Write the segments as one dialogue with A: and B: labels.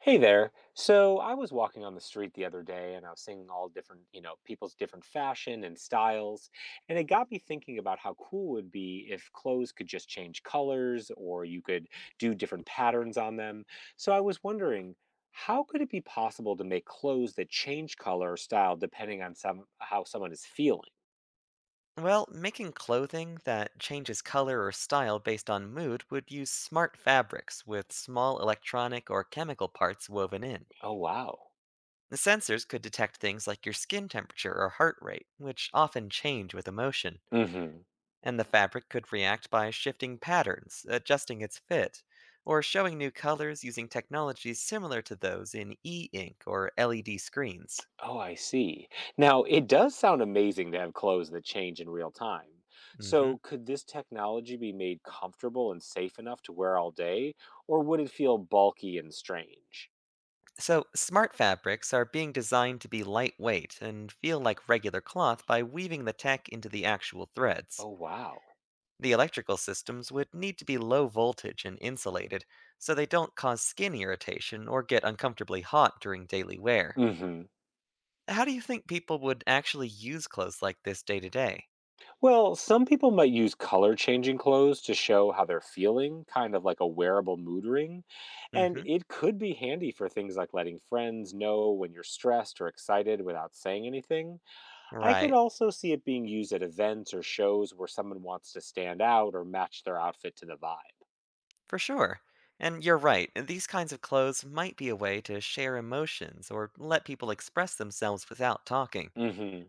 A: Hey there. So I was walking on the street the other day and I was seeing all different, people's different fashion and styles. And it got me thinking about how cool it would be if clothes could just change colors or you could do different patterns on them. So I was wondering, how could it be possible to make clothes that change color or style depending on some how someone is feeling?
B: Well, making clothing that changes color or style based on mood would use smart fabrics with small electronic or chemical parts woven in.
A: Oh, wow.
B: The sensors could detect things like your skin temperature or heart rate, which often change with emotion,
A: Hmm.
B: and the fabric could react by shifting patterns, adjusting its fit, or showing new colors using technologies similar to those in e ink or LED screens.
A: Oh, I see. Now, it does sound amazing to have clothes that change in real time.
B: Mm hmm.
A: So, could this technology be made comfortable and safe enough to wear all day, or would it feel bulky and strange?
B: So, smart fabrics are being designed to be lightweight and feel like regular cloth by weaving the tech into the actual threads.
A: Oh, wow.
B: The electrical systems would need to be low voltage and insulated so they don't cause skin irritation or get uncomfortably hot during daily wear.
A: Hmm.
B: How do you think people would actually use clothes like this day to day?
A: Well, some people might use color changing clothes to show how they're feeling, kind of like a wearable mood ring. And
B: Hmm.
A: it could be handy for things like letting friends know when you're stressed or excited without saying anything. I could
B: Right.
A: also see it being used at events or shows where someone wants to stand out or match their outfit to the vibe.
B: For sure. And you're right, these kinds of clothes might be a way to share emotions or let people express themselves without talking.
A: Hmm.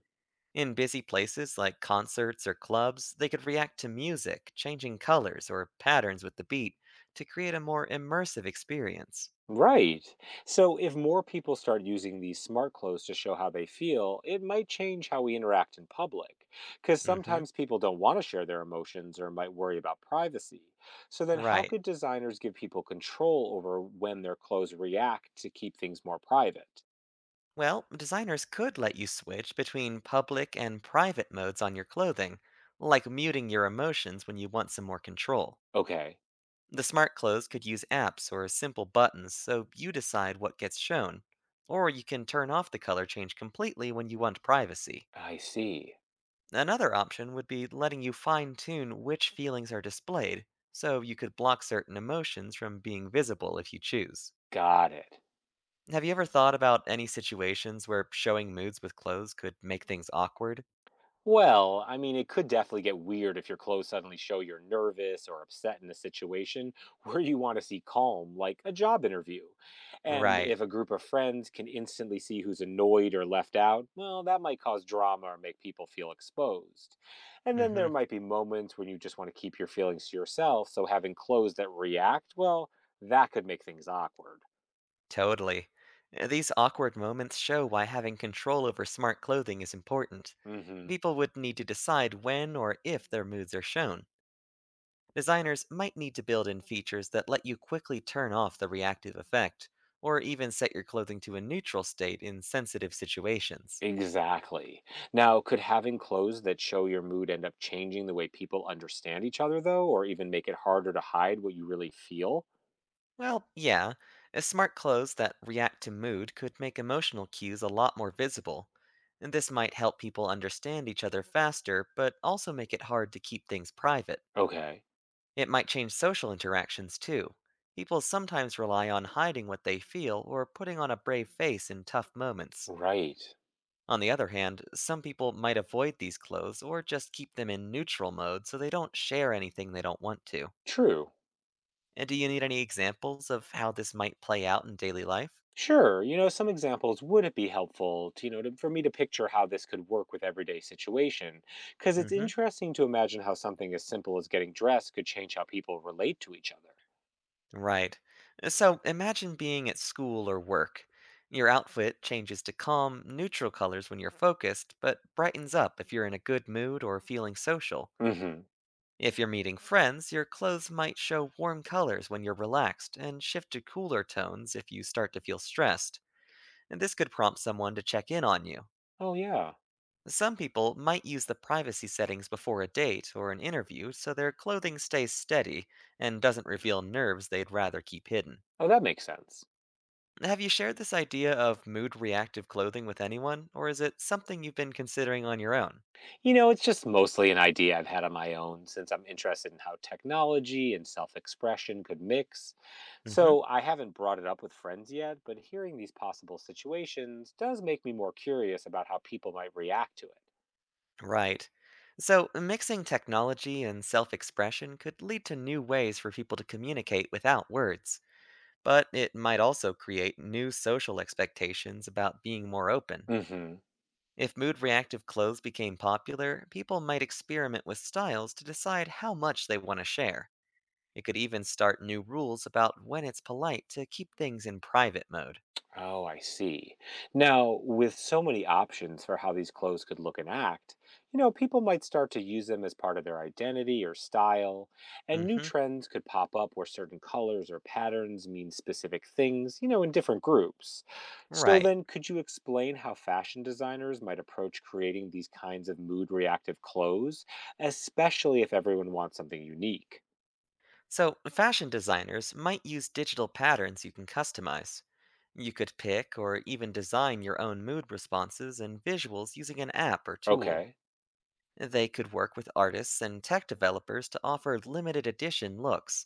B: In busy places like concerts or clubs, they could react to music, changing colors or patterns with the beat to create a more immersive experience.
A: Right. So if more people start using these smart clothes to show how they feel, it might change how we interact in public. Because
B: Hmm.
A: sometimes people don't want to share their emotions or might worry about privacy. So then, how
B: Right.
A: could designers give people control over when their clothes react to keep things more private?
B: Well, designers could let you switch between public and private modes on your clothing, like muting your emotions when you want some more control.
A: Okay.
B: The smart clothes could use apps or simple buttons so you decide what gets shown, or you can turn off the color change completely when you want privacy.
A: I see.
B: Another option would be letting you fine tune which feelings are displayed, so you could block certain emotions from being visible if you choose.
A: Got it.
B: Have you ever thought about any situations where showing moods with clothes could make things awkward?
A: Well, I mean, it could definitely get weird if your clothes suddenly show you're nervous or upset in a situation where you want to see calm, like a job interview. And
B: Right.
A: if a group of friends can instantly see who's annoyed or left out, well, that might cause drama or make people feel exposed. And then there
B: Hmm.
A: might be moments when you just want to keep your feelings to yourself, so having clothes that react, well, that could make things awkward.
B: Totally. These awkward moments show why having control over smart clothing is important.
A: Hmm.
B: People would need to decide when or if their moods are shown. Designers might need to build in features that let you quickly turn off the reactive effect, or even set your clothing to a neutral state in sensitive situations.
A: Exactly. Now, could having clothes that show your mood end up changing the way people understand each other, though, or even make it harder to hide what you really feel?
B: Well, yeah, smart clothes that react to mood could make emotional cues a lot more visible. And this might help people understand each other faster, but also make it hard to keep things private.
A: Okay.
B: It might change social interactions too. People sometimes rely on hiding what they feel or putting on a brave face in tough moments.
A: Right.
B: On the other hand, some people might avoid these clothes or just keep them in neutral mode so they don't share anything they don't want to.
A: True.
B: And do you need any examples of how this might play out in daily life?
A: Sure. Some examples would it be helpful to for me to picture how this could work with everyday situation? Because it's
B: Hmm.
A: interesting to imagine how something as simple as getting dressed could change how people relate to each other.
B: Right. So imagine being at school or work. Your outfit changes to calm, neutral colors when you're focused, but brightens up if you're in a good mood or feeling social.
A: Mm-hmm.
B: If you're meeting friends, your clothes might show warm colors when you're relaxed and shift to cooler tones if you start to feel stressed, and this could prompt someone to check in on you.
A: Oh, yeah.
B: Some people might use the privacy settings before a date or an interview so their clothing stays steady and doesn't reveal nerves they'd rather keep hidden.
A: Oh, that makes sense.
B: Have you shared this idea of mood reactive clothing with anyone, or is it something you've been considering on your own?
A: You know, it's just mostly an idea I've had on my own since I'm interested in how technology and self expression could mix.
B: Hmm.
A: So I haven't brought it up with friends yet, but hearing these possible situations does make me more curious about how people might react to
B: Right. So, mixing technology and self expression could lead to new ways for people to communicate without words, but it might also create new social expectations about being more open.
A: it.
B: If mood reactive clothes became popular, people might experiment with styles to decide how much they want to share. It could even start new rules about when it's polite to keep things in private mode.
A: Oh, I see. Now, with so many options for how these clothes could look and act, people might start to use them as part of their identity or style, and new
B: Hmm.
A: trends could pop up where certain colors or patterns mean specific things, in different groups. So
B: Right.
A: then, could you explain how fashion designers might approach creating these kinds of mood reactive clothes, especially if everyone wants something unique?
B: So, fashion designers might use digital patterns you can customize. You could pick or even design your own mood responses and visuals using an app or tool.
A: Okay.
B: They could work with artists and tech developers to offer limited edition looks.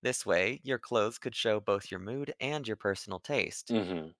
B: This way, your clothes could show both your mood and your personal taste.
A: Mhm.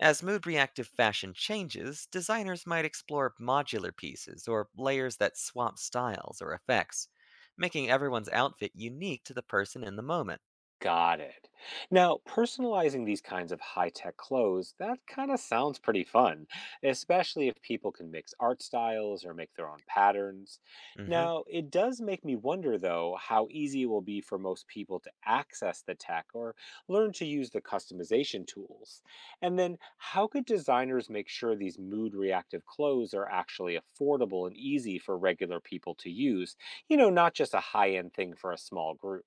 B: As mood reactive fashion changes, designers might explore modular pieces or layers that swap styles or effects, making everyone's outfit unique to the person in the moment.
A: Got it. Now, personalizing these kinds of high tech clothes, that kind of sounds pretty fun, especially if people can mix art styles or make their own patterns.
B: Hmm.
A: Now, it does make me wonder, though, how easy it will be for most people to access the tech or learn to use the customization tools. And then, how could designers make sure these mood reactive clothes are actually affordable and easy for regular people to use? Not just a high end thing for a small group.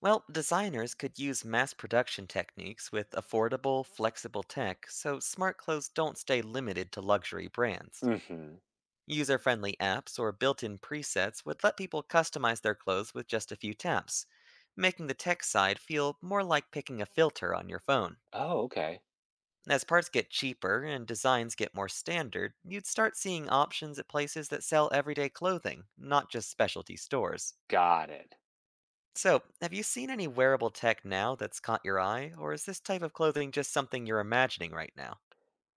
B: Well, designers could use mass production techniques with affordable, flexible tech so smart clothes don't stay limited to luxury brands.
A: Hmm.
B: User friendly apps or built in presets would let people customize their clothes with just a few taps, making the tech side feel more like picking a filter on your phone.
A: Oh, okay.
B: As parts get cheaper and designs get more standard, you'd start seeing options at places that sell everyday clothing, not just specialty stores.
A: Got it.
B: So, have you seen any wearable tech now that's caught your eye, or is this type of clothing just something you're imagining right now?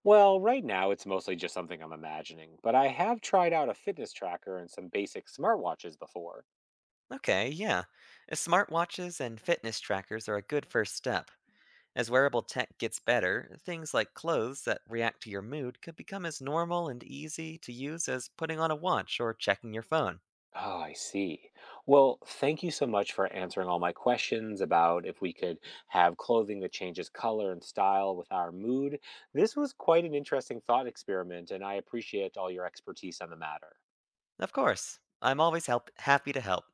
A: Well, right now it's mostly just something I'm imagining, but I have tried out a fitness tracker and some basic smartwatches before.
B: Okay, yeah. Smartwatches and fitness trackers are a good first step. As wearable tech gets better, things like clothes that react to your mood could become as normal and easy to use as putting on a watch or checking your phone.
A: Oh, I see. Well, thank you so much for answering all my questions about if we could have clothing that changes color and style with our mood. This was quite an interesting thought experiment, and I appreciate all your expertise on the matter.
B: Of course, I'm always happy to help.